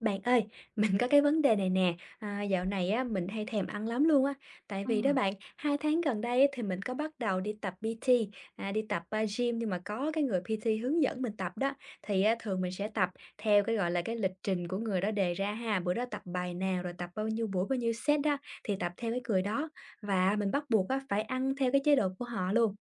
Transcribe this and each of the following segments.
Bạn ơi, mình có cái vấn đề này nè, dạo này á, mình hay thèm ăn lắm luôn á, tại vì đó Ừm, bạn, 2 tháng gần đây á, thì mình có bắt đầu đi tập PT, gym nhưng mà có cái người PT hướng dẫn mình tập đó, thì á, thường mình sẽ tập theo cái gọi là cái lịch trình của người đó đề ra ha, bữa đó tập bài nào rồi tập bao nhiêu buổi bao nhiêu set đó, thì tập theo cái người đó và mình bắt buộc á, phải ăn theo cái chế độ của họ luôn.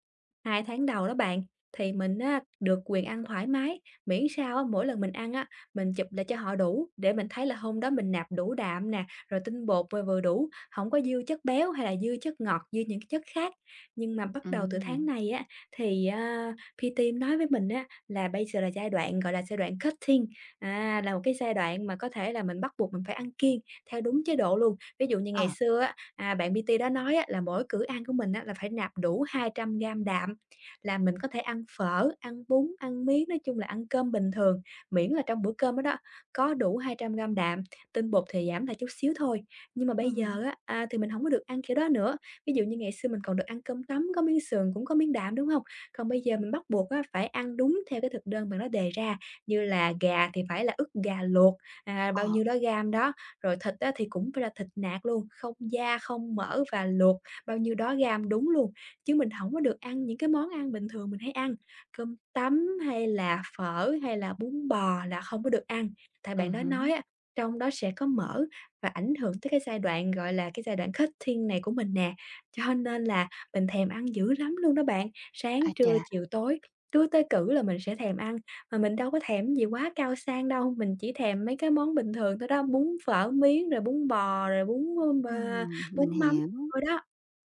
2 tháng đầu đó bạn, thì mình á, được quyền ăn thoải mái, miễn sao á, mỗi lần mình ăn á mình chụp lại cho họ đủ để mình thấy là hôm đó mình nạp đủ đạm nè, rồi tinh bột vừa vừa đủ, không có dư chất béo hay là dư chất ngọt, dư những cái chất khác. Nhưng mà bắt đầu từ tháng ừm, này á, thì, a, PT nói với mình á là bây giờ là giai đoạn, gọi là, giai đoạn cutting, à, là một cái giai đoạn mà có thể là mình bắt buộc mình phải ăn kiêng theo đúng chế độ luôn. Ví dụ như ngày ờ, xưa á, bạn PT đó nói á là mỗi cữ ăn của mình á là phải nạp đủ 200 gram đạm, là mình có thể ăn phở, ăn bún, ăn miếng nói chung là ăn cơm bình thường miễn là trong bữa cơm đó đó có đủ 200 gam đạm, tinh bột thì giảm lại chút xíu thôi. Nhưng mà bây hứm, giờ á, thì mình hổng có được ăn kiểu đó nữa, ví dụ như ngày xưa mình còn được ăn cơm tấm có miếng sườn cũng có miếng đạm, đúng hông? Còn bây giờ mình bắt buộc á, phải ăn đúng theo cái thực đơn bạn đó đề ra, như là gà thì phải là ức gà luộc, bao ờ, nhiêu đó gam đó, rồi thịt á, thì cũng phải là thịt nạc luôn, không da, không mỡ và luộc bao nhiêu đó gam đúng luôn. Chứ mình hổng có được ăn những cái món ăn bình thường mình hay ăn. Cơm tấm hay là phở hay là bún bò là không có được ăn, tại bạn đó nói hứm, á, trong đó sẽ có mỡ và ảnh hưởng tới cái giai đoạn, gọi là, cái giai đoạn cutting này của mình nè. Cho nên là mình thèm ăn dữ lắm luôn đó bạn, sáng, a trưa, chà, chiều, tối, cứ tới cữ là mình sẽ thèm ăn, mà mình đâu có thèm cái gì quá cao sang đâu, mình chỉ thèm mấy cái món bình thường thôi đó, bún phở miến, rồi bún bò, rồi bún, bơ mình bún mắm hiểu. thôi đó.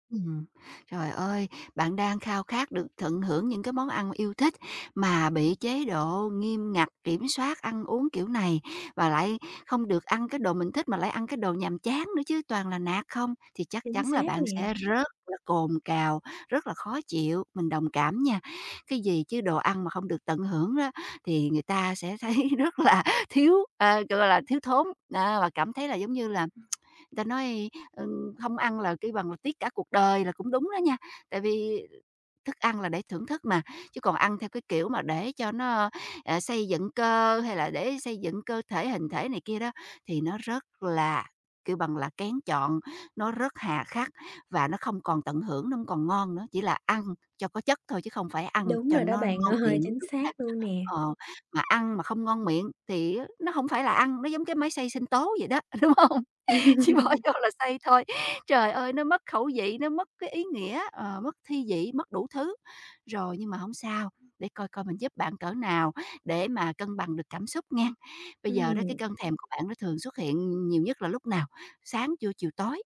Ừm. Trời ơi, bạn đang khao khát được tận hưởng những cái món ăn yêu thích mà bị chế độ nghiêm ngặt kiểm soát ăn uống kiểu này và lại không được ăn cái đồ mình thích mà lại ăn cái đồ nhàm chán nữa chứ toàn là nạt không, thì chắc Chính chắn là xác bạn nè, sẽ rất là cồn cào, rất là khó chịu, mình đồng cảm nha. Cái gì chứ đồ ăn mà không được tận hưởng đó thì người ta sẽ thấy rất là thiếu, ờ, gọi là, thiếu thốn, à, và cảm thấy là giống như là ta nói, ừ, hông ăn là cái bằng là tiếc cả cuộc đời là cũng đúng đó nha, tại vì thức ăn là để thưởng thức mà, chứ còn ăn theo cái kiểu mà để cho nó, ờ, xây dựng cơ hay là để xây dựng cơ thể, hình thể này kia đó thì nó rất là, kêu bằng là, kén chọn, nó rất hà khắc và nó không còn tận hưởng, nó không còn ngon nữa, chỉ là ăn cho có chất thôi chứ không phải ăn đúng cho rồi đó nó bạn ngon ơi, miệng. chính Đúng xác là luôn nè. ờ, mà ăn mà không ngon miệng thì nó không phải là ăn, nó giống cái máy xay sinh tố vậy đó, đúng không? Chỉ bỏ vô là xay thôi. Trời ơi, nó mất khẩu vị, nó mất cái ý nghĩa, ờ, mất thi vị, mất đủ thứ. Rồi, nhưng mà không sao, để coi coi mình giúp bạn cỡ nào để mà cân bằng được cảm xúc nha. Bây giờ đó cái Ừm. cơn thèm của bạn nó thường xuất hiện nhiều nhất là lúc nào? Sáng, trưa, chiều, tối?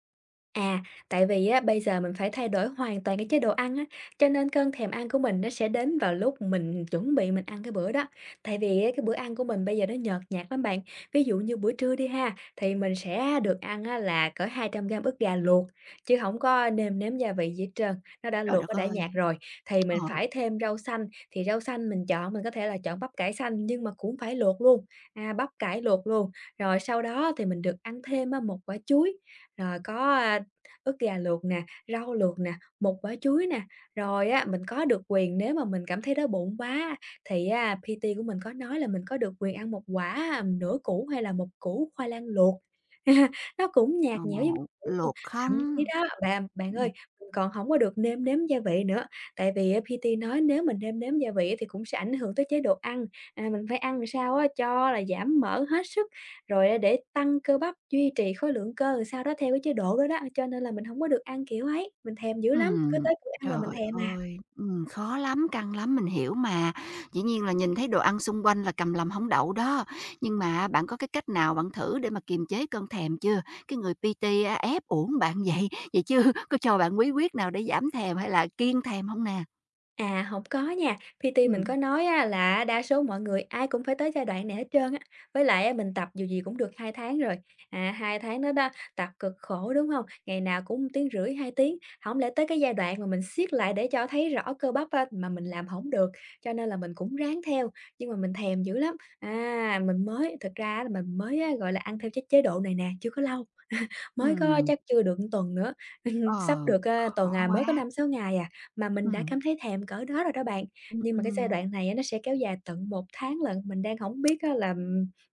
À, tại vì á, bây giờ mình phải thay đổi hoàn toàn cái chế độ ăn á, cho nên cơn thèm ăn của mình nó sẽ đến vào lúc mình chuẩn bị mình ăn cái bữa đó. Tại vì á, cái bữa ăn của mình bây giờ nó nhợt nhạt lắm bạn. Ví dụ như bữa trưa đi ha, thì mình sẽ được ăn á, là cỡ 200 gram ức gà luộc, chứ không có nêm nếm gia vị gì hết trơn, nó đã Trời luộc, đất nó đã nhạt ơi! rồi. Thì Ờ, mình phải thêm rau xanh, thì rau xanh mình chọn mình có thể là chọn bắp cải xanh nhưng mà cũng phải luộc luôn, bắp cải luộc luôn. Rồi sau đó thì mình được ăn thêm á, một quả chuối, rồi có, a, ức gà luộc nè, rau luộc nè, một quả chuối nè. Rồi á, mình có được quyền nếu mà mình cảm thấy đói bụng quá á, thì á, PT của mình có nói là mình có được quyền ăn nửa củ hay là một củ khoai lang luộc. Nó cũng ờ, nhạt nhẽo giống vậy luôn, luộc thậm chí không? đó bạn bạn Ừm. ơi, mình còn không có được nêm nếm gia vị nữa, tại vì á, PT nói nếu mình nêm nếm gia vị thì cũng sẽ ảnh hưởng tới chế độ ăn, mình phải ăn làm sao á cho là giảm mỡ hết sức rồi á để tăng cơ bắp, duy trì khối lượng cơ làm sao đó theo cái chế độ đó đó, cho nên là mình hổng có được ăn kiểu ấy, mình thèm dữ lắm, cứ Ừm, tới tuổi ăn là mình trời thèm à. ơi, khó lắm, căng lắm, mình hiểu mà. Dĩ nhiên là nhìn thấy đồ ăn xung quanh là cầm lòng hông đậu đó. Nhưng mà bạn có cái cách nào bạn thử để mà kiềm chế cơn thèm chưa? Cái người PT á, ép uổng bạn vậy, vậy chứ có cho bạn bí quyết nào để giảm thèm hay là kiêng thèm hông nè? À, không có nha. PT mình Ừm, có nói á là đa số mọi người ai cũng phải tới giai đoạn này hết trơn á. Với lại á mình tập dù gì cũng được 2 tháng rồi, à, 2 tháng đó đó, tập cực khổ, đúng không? Ngày nào cũng 1 tiếng rưỡi, 2 tiếng, không lẽ tới cái giai đoạn mà mình siết lại để cho thấy rõ cơ bắp á, mà mình làm hổng được, cho nên là mình cũng ráng theo, nhưng mà mình thèm dữ lắm. À, mình mới thực ra là mình mới á, gọi là, ăn theo chế chế độ này nè, chưa có lâu mới có ừm, chắc chưa được 1 tuần nữa, sắp ờ, được, a, tuần khó à, mới có quá. 5 6 ngày à, mà mình đã Ừm, cảm thấy thèm cỡ đó rồi đó bạn. ừm, Nhưng mà cái giai ừm. đoạn này á, nó sẽ kéo dài tận 1 tháng lận, mình đang không biết á là,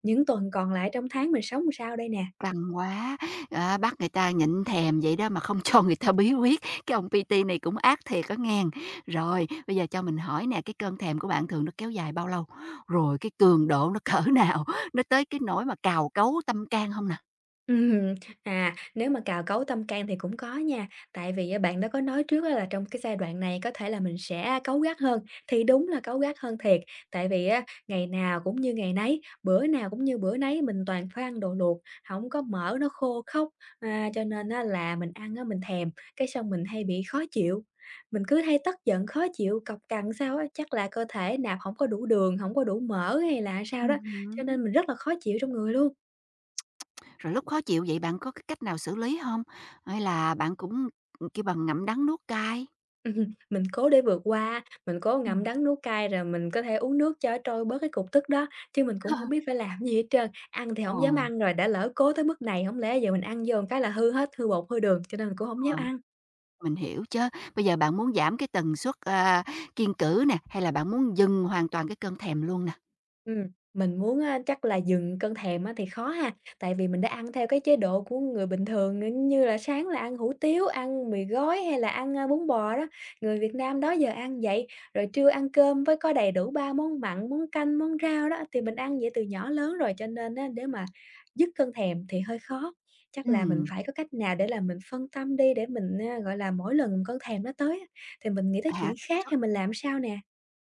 những tuần còn lại trong tháng mình sống làm sao đây nè. Căng quá, á, bắt người ta nhịn thèm vậy đó mà không cho người ta bí quyết, cái ông PT này cũng ác thiệt có nghen. Rồi, bây giờ cho mình hỏi nè, cái cơn thèm của bạn thường nó kéo dài bao lâu? Rồi cái cường độ nó cỡ nào? Nó tới cái nỗi mà cào cấu tâm can không nè? Ừm, nếu mà cào cấu tâm can thì cũng có nha, tại vì á bạn đó có nói trước á là trong cái giai đoạn này có thể là mình sẽ cáu gắt hơn, thì đúng là cáu gắt hơn thiệt. Tại vì á, ngày nào cũng như ngày nấy, bữa nào cũng như bữa nấy mình toàn phải ăn đồ luộc, không có mỡ nó khô khóc, cho nên á là mình ăn á mình thèm, cái xong mình hay bị khó chịu. Mình cứ hay tức giận, khó chịu, cọc cằn sao á, chắc là cơ thể nạp không có đủ đường, không có đủ mỡ hay là sao đó, cho Ừm. nên mình rất là khó chịu trong người luôn. Rồi lúc khó chịu vậy bạn có cái cách nào xử lý không? Hay là bạn cũng, kêu bằng ngậm đắng nuốt cay? Mình cố để vượt qua, mình cố ngậm Ừm. đắng nuốt cay rồi mình có thể uống nước cho trôi bớt cái cục tức đó, chứ mình cũng hổng biết phải làm gì hết trơn. Ăn thì Ờ, hổng dám ăn rồi, đã lỡ cố tới mức này hổng lẽ giờ mình ăn vô cái là hư hết, hư bột, hư đường, cho nên mình cũng hổng dám ờ. ăn. Mình hiểu chứ. Bây giờ bạn muốn giảm cái tần suất, à, kiêng cữ nè, hay là bạn muốn dừng hoàn toàn cái cơn thèm luôn nè? Ừm, mình muốn á chắc là dừng cơn thèm á thì khó ha, tại vì mình đã ăn theo cái chế độ của người bình thường, như là sáng là ăn hủ tiếu, ăn mì gói hay là ăn bún bò đó, người Việt Nam đó giờ ăn vậy. Rồi trưa ăn cơm với có đầy đủ 3 món mặn, món canh, món rau đó, thì mình ăn vậy từ nhỏ lớn rồi, cho nên á để mà dứt cơn thèm thì hơi khó. Chắc là mình Ừm, phải có cách nào để là mình phân tâm đi, để mình gọi là, mỗi lần cơn thèm nó tới á thì mình nghĩ tới chuyện hạ tần khác suất. hay mình làm sao nè?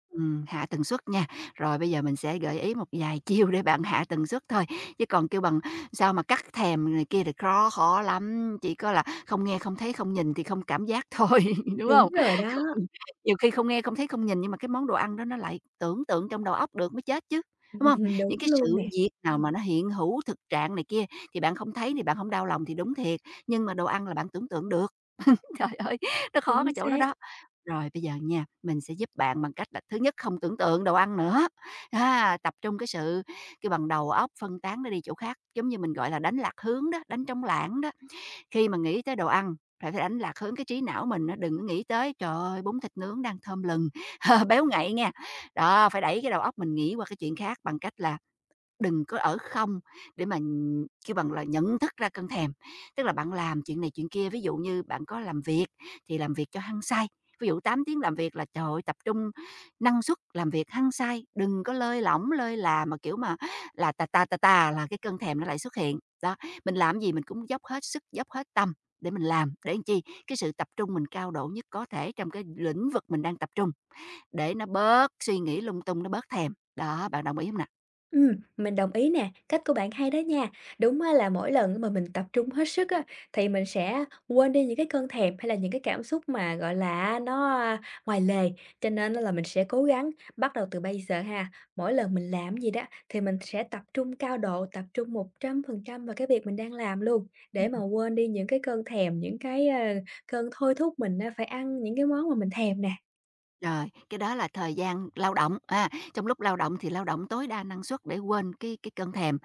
Hạ tần suất nha. Rồi bây giờ mình sẽ gợi ý một vài chiêu để bạn hạ tần suất thôi, chứ còn kêu bằng sao mà cắt thèm này kia thì khó khó lắm, chỉ có là không nghe, không thấy, không nhìn thì không cảm giác thôi, đúng Đúng không? rồi Còn đó, nhiều khi không nghe, không thấy, không nhìn nhưng mà cái món đồ ăn đó nó lại tưởng tượng trong đầu óc được mới chết chứ, đúng không? Những đúng cái luôn sự nè. việc nào mà nó hiện hữu, thực trạng này kia thì bạn không thấy thì bạn không đau lòng thì đúng thiệt, nhưng mà đồ ăn là bạn tưởng tượng được. Trời ơi, nó khó Chính cái chỗ đó xác. đó. Rồi, bây giờ nha, mình sẽ giúp bạn bằng cách là thứ nhất không tưởng tượng đồ ăn nữa, á, tập trung cái sự cái bằng đầu óc phân tán nó đi chỗ khác, giống như mình, gọi là, đánh lạc hướng đó, đánh trống lãng đó. Khi mà nghĩ tới đồ ăn, phải phải đánh lạc hướng cái trí não mình nó đừng có nghĩ tới "Trời ơi, bún thịt nướng đang thơm lừng, béo ngậy nha". Đó, phải đẩy cái đầu óc mình nghĩ qua cái chuyện khác bằng cách là đừng có ở không để mà nh kêu bằng là nhận thức ra cơn thèm. Tức là bạn làm chuyện này chuyện kia, ví dụ như bạn có làm việc thì làm việc cho hăng say, ví dụ 8 tiếng làm việc là, trời ơi, tập trung năng suất, làm việc hăng say, đừng có lơi lỏng, lơi là mà, kiểu mà, là tà tà, tà tà là cái cơn thèm nó lại xuất hiện. Đó, mình làm gì mình cũng dốc hết sức, dốc hết tâm để mình làm, để làm chi? Cái sự tập trung mình cao độ nhất có thể trong cái lĩnh vực mình đang tập trung, để nó bớt suy nghĩ lung tung, nó bớt thèm. Đó, bạn đồng ý không nè? Mình đồng ý nè, cách của bạn hay đó nha. Đúng á là mỗi lần mà mình tập trung hết sức á, thì mình sẽ quên đi những cái cơn thèm hay là những cái cảm xúc mà, gọi là ngoài lề, cho nên á là mình sẽ cố gắng bắt đầu từ bây giờ ha, mỗi lần mình làm gì đó thì mình sẽ tập trung cao độ, tập trung 100% vào cái việc mình đang làm luôn, để mà quên đi những cái cơn thèm, những cơn thôi thúc mình á phải ăn những cái món mà mình thèm nè. Rồi, cái đó là thời gian lao động, a, trong lúc lao động thì lao động tối đa năng suất để quên cái cơn thèm.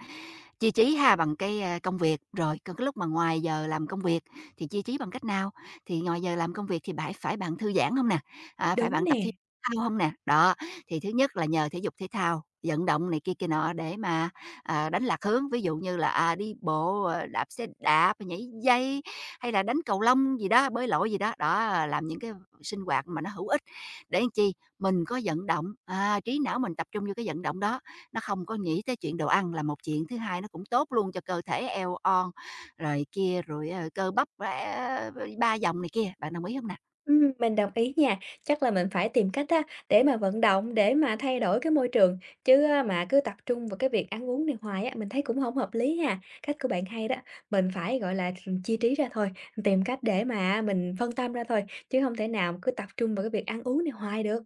Chi trí ha, bằng cái, a, công việc, rồi còn cái lúc mà ngoài giờ làm công việc thì chi trí bằng cách nào? Thì ngoài giờ làm công việc thì phải phải bạn thư giãn không nè? À, phải Đúng bạn tập nè. thể thao không nè? Đó, thì thứ nhất là nhờ thể dục thể thao, vận động này kia kia nọ để mà, à, đánh lạc hướng, ví dụ như là, à, đi bộ, ờ, đạp xe đạp, nhảy dây hay là đánh cầu lông gì đó, bơi lội gì đó. Đó, làm những cái sinh hoạt mà nó hữu ích để làm chi? Mình có vận động, à, trí não mình tập trung vô cái vận động đó, nó không có nghĩ tới chuyện đồ ăn là một chuyện, thứ hai nó cũng tốt luôn cho cơ thể eo on, rồi kia, rồi, ờ, cơ bắp, á, ba dòng này kia. Bạn đồng ý không nè? Mình đồng ý nha. Chắc là mình phải tìm cách á, để mà vận động, để mà thay đổi cái môi trường, chứ á mà cứ tập trung vào cái việc ăn uống này hoài á, mình thấy cũng không hợp lý ha. Cách của bạn hay đó, mình phải, gọi là, chia trí ra thôi, tìm cách để mà mình phân tâm ra thôi, chứ không thể nào cứ tập trung vào cái việc ăn uống này hoài được.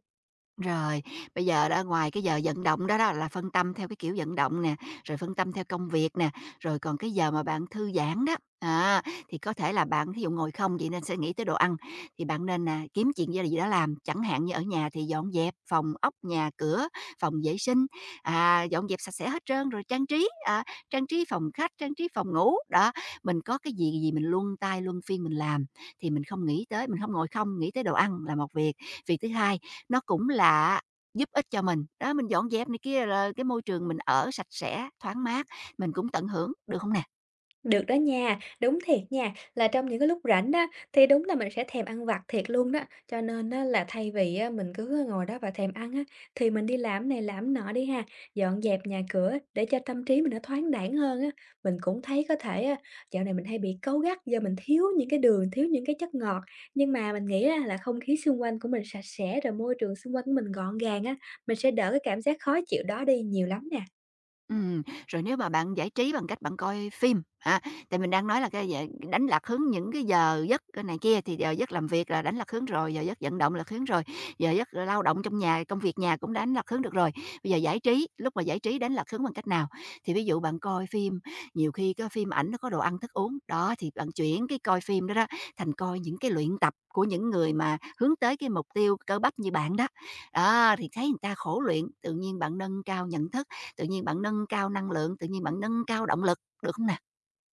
Rồi, bây giờ đó, ngoài cái giờ vận động đó đó, là phân tâm theo cái kiểu vận động nè, rồi phân tâm theo công việc nè, rồi còn cái giờ mà bạn thư giãn đó, à, thì có thể là bạn thí dụ ngồi không vậy nên sẽ nghĩ tới đồ ăn, thì bạn nên là kiếm chuyện gia gì đó làm, chẳng hạn như ở nhà thì dọn dẹp phòng ốc, nhà cửa, phòng vệ sinh, à, dọn dẹp sạch sẽ hết trơn rồi trang trí, à, trang trí phòng khách, trang trí phòng ngủ, đó. Mình có cái gì gì mình luân tay luân phiên mình làm, thì mình không nghĩ tới mình không ngồi không, nghĩ tới đồ ăn là một việc. Việc thứ hai, nó cũng là giúp ích cho mình, đó, mình dọn dẹp này kia, rồi cái môi trường mình ở sạch sẽ, thoáng mát, mình cũng tận hưởng, được không nè? Được đó nha, đúng thiệt nha, là trong những cái lúc rảnh á, thì đúng là mình sẽ thèm ăn vặt thiệt luôn đó. Cho nên á, là thay vì á, mình cứ ngồi đó và thèm ăn á, thì mình đi làm này làm nọ đi ha, dọn dẹp nhà cửa để cho tâm trí mình nó thoáng đãng hơn á. Mình cũng thấy có thể á, dạo này mình hay bị cáu gắt do mình thiếu những cái đường, thiếu những cái chất ngọt. Nhưng mà mình nghĩ á, là không khí xung quanh của mình sạch sẽ rồi môi trường xung quanh của mình gọn gàng á, mình sẽ đỡ cái cảm giác khó chịu đó đi nhiều lắm nè. Ừm, rồi nếu mà bạn giải trí bằng cách bạn coi phim ha, tại mình đang nói là cái dạng đánh lạc hướng những cái giờ giấc, cái này kia, thì giờ giấc làm việc là đánh lạc hướng rồi, giờ giấc vận động lạc hướng rồi, giờ giấc lao động trong nhà, công việc nhà cũng đánh lạc hướng được rồi. Bây giờ giải trí, lúc mà giải trí đánh lạc hướng bằng cách nào? Thì ví dụ bạn coi phim, nhiều khi cái phim ảnh nó có đồ ăn thức uống, đó, thì bạn chuyển cái coi phim đó đó thành coi những cái luyện tập của những người mà hướng tới cái mục tiêu cơ bắp như bạn đó. Đó, thì thấy người ta khổ luyện, tự nhiên bạn nâng cao nhận thức, tự nhiên bạn nâng cao năng lượng, tự nhiên bạn nâng cao động lực, được không nè?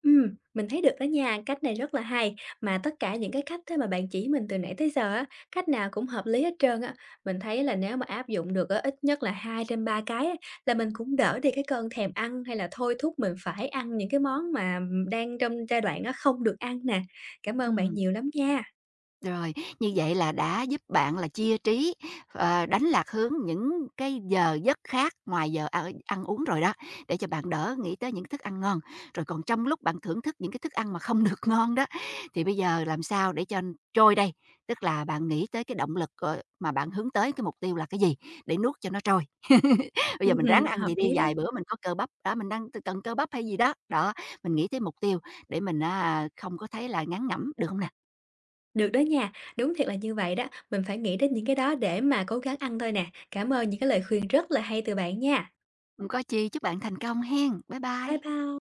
Mình thấy được đó nha, cách này rất là hay, mà tất cả những cái cách thế mà bạn chỉ mình từ nãy tới giờ á, cách nào cũng hợp lý hết trơn á. Mình thấy là nếu mà áp dụng được á, ít nhất là 2/3 cái á, là mình cũng đỡ đi cái cơn thèm ăn hay là thôi thúc mình phải ăn những cái món mà, đang trong giai đoạn nó không được ăn nè. Cảm ơn bạn Ừm. nhiều lắm nha. Rồi, như vậy là đã giúp bạn là chia trí, ờ, đánh lạc hướng những cái giờ giấc khác ngoài giờ ăn ăn uống rồi đó, để cho bạn đỡ nghĩ tới những thức ăn ngon. Rồi còn trong lúc bạn thưởng thức những cái thức ăn mà không được ngon đó, thì bây giờ làm sao để cho trôi đây? Tức là bạn nghĩ tới cái động lực, ờ, mà bạn hướng tới cái mục tiêu là cái gì, để nuốt cho nó trôi. Bây giờ mình ráng Ừm ăn hợp gì đi, lý đó vài bữa mình có cơ bắp, đó, mình đang cần cơ bắp hay gì đó. Đó, mình nghĩ tới mục tiêu để mình, à, không có thấy là ngán ngẩm, được không nè? được đó nha, đúng thiệt là như vậy đó, mình phải nghĩ đến những cái đó để mà cố gắng ăn thôi nè. Cảm ơn những cái lời khuyên rất là hay từ bạn nha. Hông có chi, chúc bạn thành công hen. Bye Bye bye. bye.